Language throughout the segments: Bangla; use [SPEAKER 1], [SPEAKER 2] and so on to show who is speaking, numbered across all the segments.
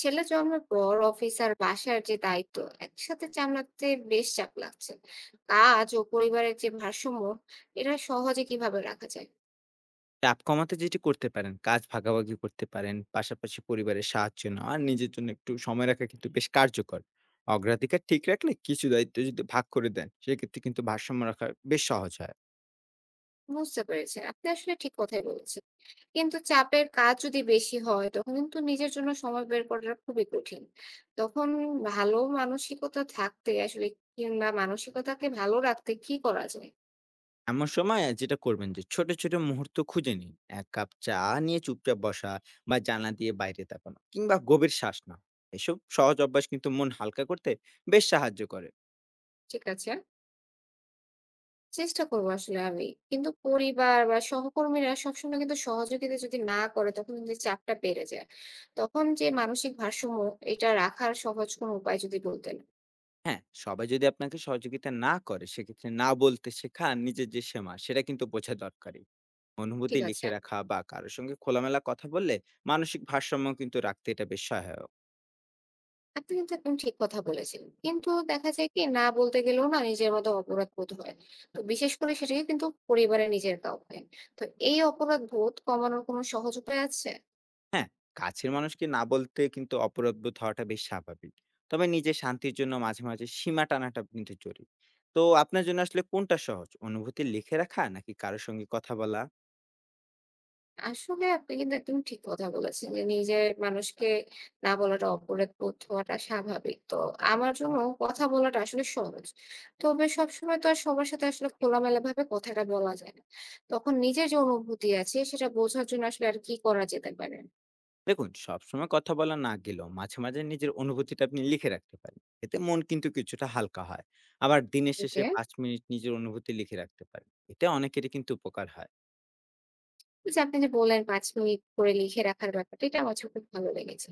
[SPEAKER 1] ছেলে জন্মের পর অফিস আর বাসার যে দায়িত্ব একসাথে সামলাতে বেশ চাপ লাগছে। কাজ ও পরিবারের যে ভারসাম্য এটা সহজে কিভাবে রাখা যায়?
[SPEAKER 2] চাপ কমাতে যেটি করতে পারেন, কাজ ভাগাভাগি করতে পারেন। পাশাপাশি পরিবারের সাহায্য নেওয়া আর নিজের জন্য একটু সময় রাখা কিন্তু বেশ কার্যকর। অগ্রাধিকার ঠিক রাখলে কিছু দায়িত্ব যদি ভাগ করে দেন, সেক্ষেত্রে কিন্তু ভারসাম্য রাখা বেশ সহজ হয়।
[SPEAKER 1] বুঝতে পেরেছেন, আপনি আসলে ঠিক কথাই বলেছেন, কিন্তু চাপের কাজ যদি বেশি হয় তখন কিন্তু নিজের জন্য সময় বের করাটা খুবই কঠিন। তখন ভালো মানসিকতা থাকতে আসলে, কিংবা মানসিকতাকে ভালো রাখতে কি করা যায়?
[SPEAKER 2] এমন সময় যেটা করবেন যে ছোট, ছোট মুহূর্ত খুঁজে নিন। ১ কাপ চা নিয়ে চুপচাপ বসা বা জানলা দিয়ে বাইরে তাকানো কিংবা গভীর শ্বাস নেওয়া। এসব সহজ অভ্যাস কিন্তু মন হালকা করতে বেশ সাহায্য করে।
[SPEAKER 1] ঠিক আছে, চেষ্টা করবো আসলে আমি। কিন্তু পরিবার বা সহকর্মীরা সবসময় কিন্তু সহযোগিতা যদি না করে তখন কিন্তু চাপটা বেড়ে যায়। তখন যে মানসিক ভারসাম্য এটা রাখার সহজ কোনো উপায় যদি বলতেন।
[SPEAKER 2] হ্যাঁ, সবাই যদি আপনাকে সহযোগিতা না করে, সেক্ষেত্রে না বলতে শেখা আর নিজের যে সীমা, সেটা কিন্তু বোঝা দরকারি। অনুভূতি
[SPEAKER 1] ঠিক আছে।
[SPEAKER 2] লিখে রাখা বা কারোর সঙ্গে খোলামেলা কথা বললে মানসিক ভারসাম্য কিন্তু রাখতে এটা বেশ সহায়ক।
[SPEAKER 1] আপনি কিন্তু একদম ঠিক কথা বলেছেন। কিন্তু দেখা যায় কি না বলতে গেলেও না নিজের মতো অপরাধ বোধ হয়। তো বিশেষ করে সেটাকে কিন্তু পরিবারের নিজের কাউকে। তো এই অপরাধ বোধ কমানোর কোনো সহজ উপায় আছে?
[SPEAKER 2] হ্যাঁ, কাছের মানুষকে না বলতে কিন্তু অপরাধবোধ হওয়াটা বেশ স্বাভাবিক। তবে নিজের শান্তির জন্য মাঝে মাঝে সীমা টানাটা কিন্তু জরুরি। তো আপনার জন্য আসলে কোনটা সহজ, অনুভূতি লিখে রাখা নাকি কারোর সঙ্গে কথা বলা?
[SPEAKER 1] আসলে আপনি কিন্তু একদম ঠিক কথা বলেছেন যে নিজের মানুষকে না বলাটা অপরাধ বোধ হওয়াটা স্বাভাবিক। তো আমার জন্য কথা বলাটা আসলে সহজ। তবে সবসময় তো আর সবার সাথে আসলে খোলামেলাভাবে কথাটা বলা যায় না। তখন নিজের যে অনুভূতি আছে সেটা বোঝার জন্য আসলে আর কি করা যেতে পারে?
[SPEAKER 2] দেখুন, সবসময় কথা বলা না গেলেও মাঝে মাঝে নিজের অনুভূতিটা আপনি লিখে রাখতে পারেন। এতে মন কিন্তু কিছুটা হালকা হয়। আবার দিনের শেষে
[SPEAKER 1] ওকে।
[SPEAKER 2] ৫ মিনিট নিজের অনুভূতি লিখে রাখতে পারেন, এতে অনেকেরই কিন্তু উপকার হয়।
[SPEAKER 1] ওইযে আপনি যে বললেন ৫ মিনিট করে লিখে রাখার ব্যাপারটা, এটা আমার কাছে খুব ভালো লেগেছে।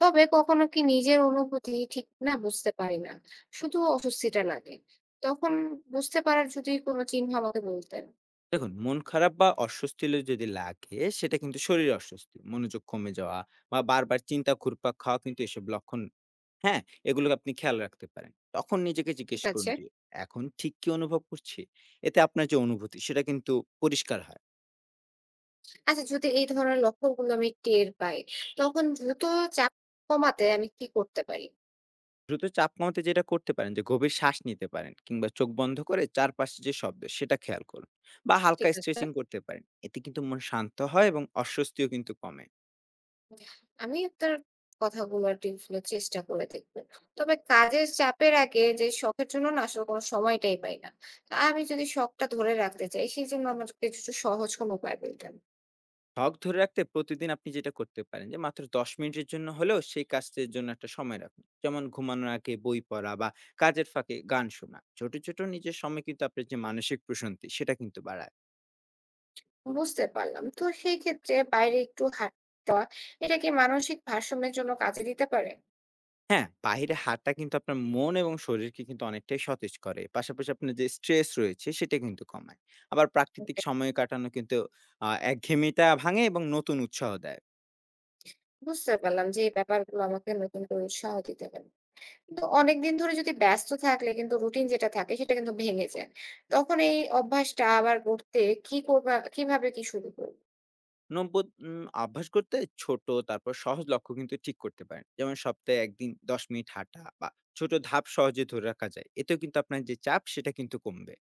[SPEAKER 1] তবে কখনো কি নিজের অনুভূতি ঠিক না বুঝতে পারি না। শুধু অস্বস্তিটা লাগে। তখন বুঝতে পারার যদি কোনো চিহ্ন আমাকে বলতেন।
[SPEAKER 2] দেখুন, মন খারাপ বা অস্বস্তি লে যদি লাগে সেটা কিন্তু শরীর অস্বস্তি, মনোযোগ কমে যাওয়া বা বারবার চিন্তা ঘুরপাক খাওয়া, কিন্তু এসব লক্ষণ। হ্যাঁ, এগুলো আপনি খেয়াল রাখতে পারেন। তখন নিজেকে
[SPEAKER 1] ঠিক
[SPEAKER 2] জিজ্ঞেস করুন
[SPEAKER 1] আছে।
[SPEAKER 2] যে এখন ঠিক কি অনুভব করছি। এতে আপনার যে অনুভূতি সেটা কিন্তু পরিষ্কার হয়।
[SPEAKER 1] আচ্ছা যদি এই ধরনের লক্ষণগুলো আমি টের পাই, তখন দ্রুত চাপ কমাতে আমি কি করতে পারি?
[SPEAKER 2] দ্রুত চাপ কমাতে যেটা করতে পারেন যে গভীর শ্বাস নিতে পারেন কিংবা চোখ বন্ধ করে চারপাশে যে শব্দ সেটা খেয়াল করুন বা হালকা
[SPEAKER 1] ঠিক আছে।
[SPEAKER 2] স্ট্রেচিং করতে পারেন। এতে কিন্তু মন শান্ত হয় এবং অস্বস্তিও কিন্তু কমে।
[SPEAKER 1] আমি আপনার কথাগুলো আর টিপস গুলো চেষ্টা করে দেখবো। তবে কাজের চাপের আগে যে শখের জন্য না আসলে কোনো সময়টাই পাই না। তা আমি যদি শখটা ধরে রাখতে চাই সেজন্য আমার কিছু সহজ কোনো উপায় বলতেন।
[SPEAKER 2] শখ ধরে রাখতে প্রতিদিন আপনি যেটা করতে পারেন যে মাত্র ১০ মিনিটের জন্য হলেও সেই কাজটির জন্য একটা সময় রাখুন। যেমন ঘুমানোর আগে বই পড়া বা কাজের ফাঁকে গান শোনা। ছোট ছোট নিজের সময় কিন্তু আপনার যে মানসিক প্রশান্তি সেটা কিন্তু বাড়ায়।
[SPEAKER 1] বুঝতে পারলাম। তো সেই ক্ষেত্রে বাইরে একটু হাঁটা এটা কি মানসিক ভারসাম্যের জন্য কাজে দিতে পারে?
[SPEAKER 2] হ্যাঁ, বাইরে হাঁটা কিন্তু আপনার মন এবং শরীরকে কিন্তু অনেকটাই সতেজ করে। পাশাপাশি আপনার যে স্ট্রেস রয়েছে সেটা কিন্তু কমায়। আবার প্রাকৃতিক
[SPEAKER 1] Okay,
[SPEAKER 2] সময় কাটানো কিন্তু একঘেয়েমিটা ভাঙে এবং নতুন উৎসাহ দেয়।
[SPEAKER 1] বুঝতে পারলাম যে এই ব্যাপারগুলো আমাকে নতুন করে উৎসাহ দিতে পারে। কিন্তু অনেকদিন ধরে যদি ব্যস্ত থাকলে কিন্তু রুটিন যেটা থাকে সেটা কিন্তু ভেঙে যায়। তখন এই অভ্যাসটা আবার গড়তে কি করবা, কিভাবে কি শুরু করব?
[SPEAKER 2] নব্বদ অভ্যাস করতে ছোট তারপর সহজ লক্ষ্য কিন্তু ঠিক করতে পারেন। যেমন সপ্তাহে ১ দিন ১০ মিনিট হাঁটা বা ছোট ধাপ সহজে ধরে রাখা যায়। এতেও কিন্তু আপনার যে চাপ সেটা কিন্তু কমবে।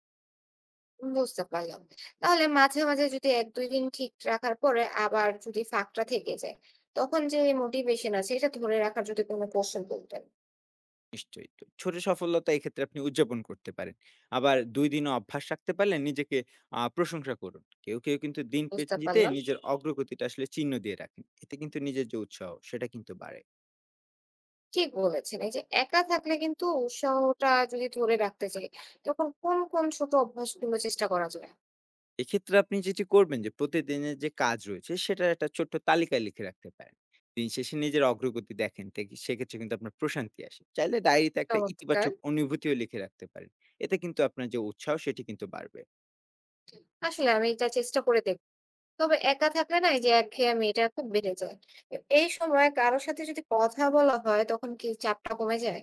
[SPEAKER 1] বুঝতে পারলাম। তাহলে মাঝে মাঝে যদি ১-২ দিন ঠিক রাখার পরে আবার যদি ফাঁকটা থেকে যায়, তখন যে মোটিভেশন আছে এটা ধরে রাখার যদি কোনো কৌশল বলতেন।
[SPEAKER 2] নিশ্চয়ই। তো ছোট সফলতা এক্ষেত্রে আপনি উদযাপন করতে পারেন। আবার ২ দিনও অভ্যাস রাখতে পারলে নিজেকে প্রশংসা করুন। কেউ, কেউ কিন্তু দিন
[SPEAKER 1] বুঝতে
[SPEAKER 2] পেঞ্জিতে
[SPEAKER 1] পারলাম।
[SPEAKER 2] নিজের অগ্রগতিটা আসলে চিহ্ন দিয়ে রাখেন। এতে কিন্তু নিজের যে উৎসাহ সেটা কিন্তু বাড়ে।
[SPEAKER 1] ঠিক বলেছেন। এই যে একা থাকলে কিন্তু উৎসাহটা যদি ধরে রাখতে চাই, তখন কোন কোন ছোট অভ্যাসগুলো চেষ্টা করা যায়?
[SPEAKER 2] এক্ষেত্রে আপনি যেটি করবেন যে প্রতিদিনের যে কাজ রয়েছে সেটার একটা ছোট্ট তালিকা লিখে রাখতে পারেন। দিন শেষে নিজের অগ্রগতি দেখেন তে সেক্ষেত্রে কিন্তু আপনার প্রশান্তি আসে। চাইলে ডায়েরিতে একটা
[SPEAKER 1] চমৎকার।
[SPEAKER 2] ইতিবাচক অনুভূতিও লিখে রাখতে পারেন। এতে কিন্তু আপনার যে উৎসাহ সেটি কিন্তু বাড়বে।
[SPEAKER 1] আসলে আমি এটা চেষ্টা করে দেখব। তবে একা থাকলে না এই যে একঘেয়েমি এটা খুব বেড়ে যায়। এই সময় কারো সাথে যদি কথা বলা হয় তখন কি চাপটা কমে যায়?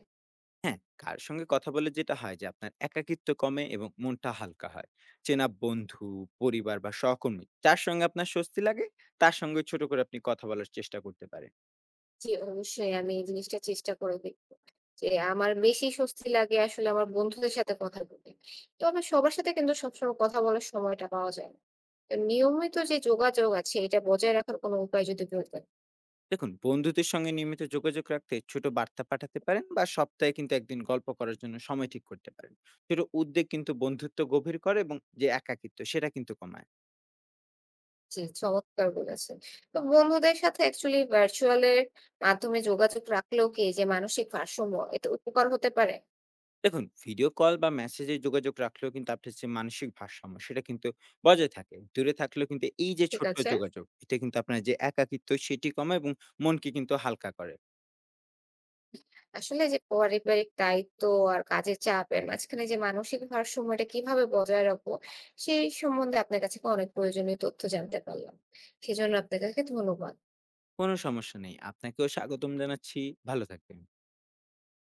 [SPEAKER 2] হ্যাঁ, কারো সঙ্গে কথা বলে যেটা হয় যে আপনার একাকিত্ব কমে এবং মনটা হালকা হয়। চেনা বন্ধু, পরিবার বা সহকর্মী যার সঙ্গে আপনার স্বস্তি লাগে তার সঙ্গে ছোট করে আপনি কথা বলার চেষ্টা করতে পারেন।
[SPEAKER 1] জি, অবশ্যই আমি এই জিনিসটা চেষ্টা করে দেখব। যে আমার বেশি স্বস্তি লাগে আসলে আমার বন্ধুদের সাথে কথা বলতে। তো আমার সবার সাথে কিন্তু সবসময় কথা বলার সময়টা পাওয়া যায় না। তো নিয়মিত যে যোগাযোগ আছে এটা বজায় রাখার কোনো উপায় যদি বলতেন।
[SPEAKER 2] দেখুন, বন্ধুদের সঙ্গে নিয়মিত যোগাযোগ রাখতে ছোট বার্তা পাঠাতে পারেন বা সপ্তাহে কিন্তু একদিন গল্প করার জন্য সময় ঠিক করতে পারেন। ছোট উদ্যোগ কিন্তু বন্ধুত্ব গভীর করে এবং যে একাকিত্ব সেটা কিন্তু কমায়।
[SPEAKER 1] জি, চমৎকার বলেছেন। তো বন্ধুদের সাথে অ্যাকচুয়ালি ভার্চুয়াল এর মাধ্যমে যোগাযোগ রাখলেও কি এই যে মানসিক ভারসাম্য এতে উপকার হতে পারে?
[SPEAKER 2] দেখুন, ভিডিও কল বা মেসেজে যোগাযোগ রাখলেও কিন্তু আপনার যে মানসিক ভারসাম্য সেটা কিন্তু বজায় থাকে। দূরে থাকলেও কিন্তু এই যে
[SPEAKER 1] ঠিক
[SPEAKER 2] ছোট্ট
[SPEAKER 1] আছে।
[SPEAKER 2] যোগাযোগ এটা কিন্তু আপনার যে একাকিত্ব সেটি কমায় এবং মনকে কিন্তু হালকা করে।
[SPEAKER 1] আসলে যে পারিবারিক দায়িত্ব আর কাজের চাপের মাঝখানে যে মানসিক ভারসাম্যটা কিভাবে বজায় রাখবো, সেই সম্বন্ধে আপনার কাছে অনেক প্রয়োজনীয় তথ্য জানতে পারলাম। সেজন্য আপনাকে ধন্যবাদ।
[SPEAKER 2] কোনো সমস্যা নেই, আপনাকেও স্বাগতম জানাচ্ছি। ভালো থাকবেন।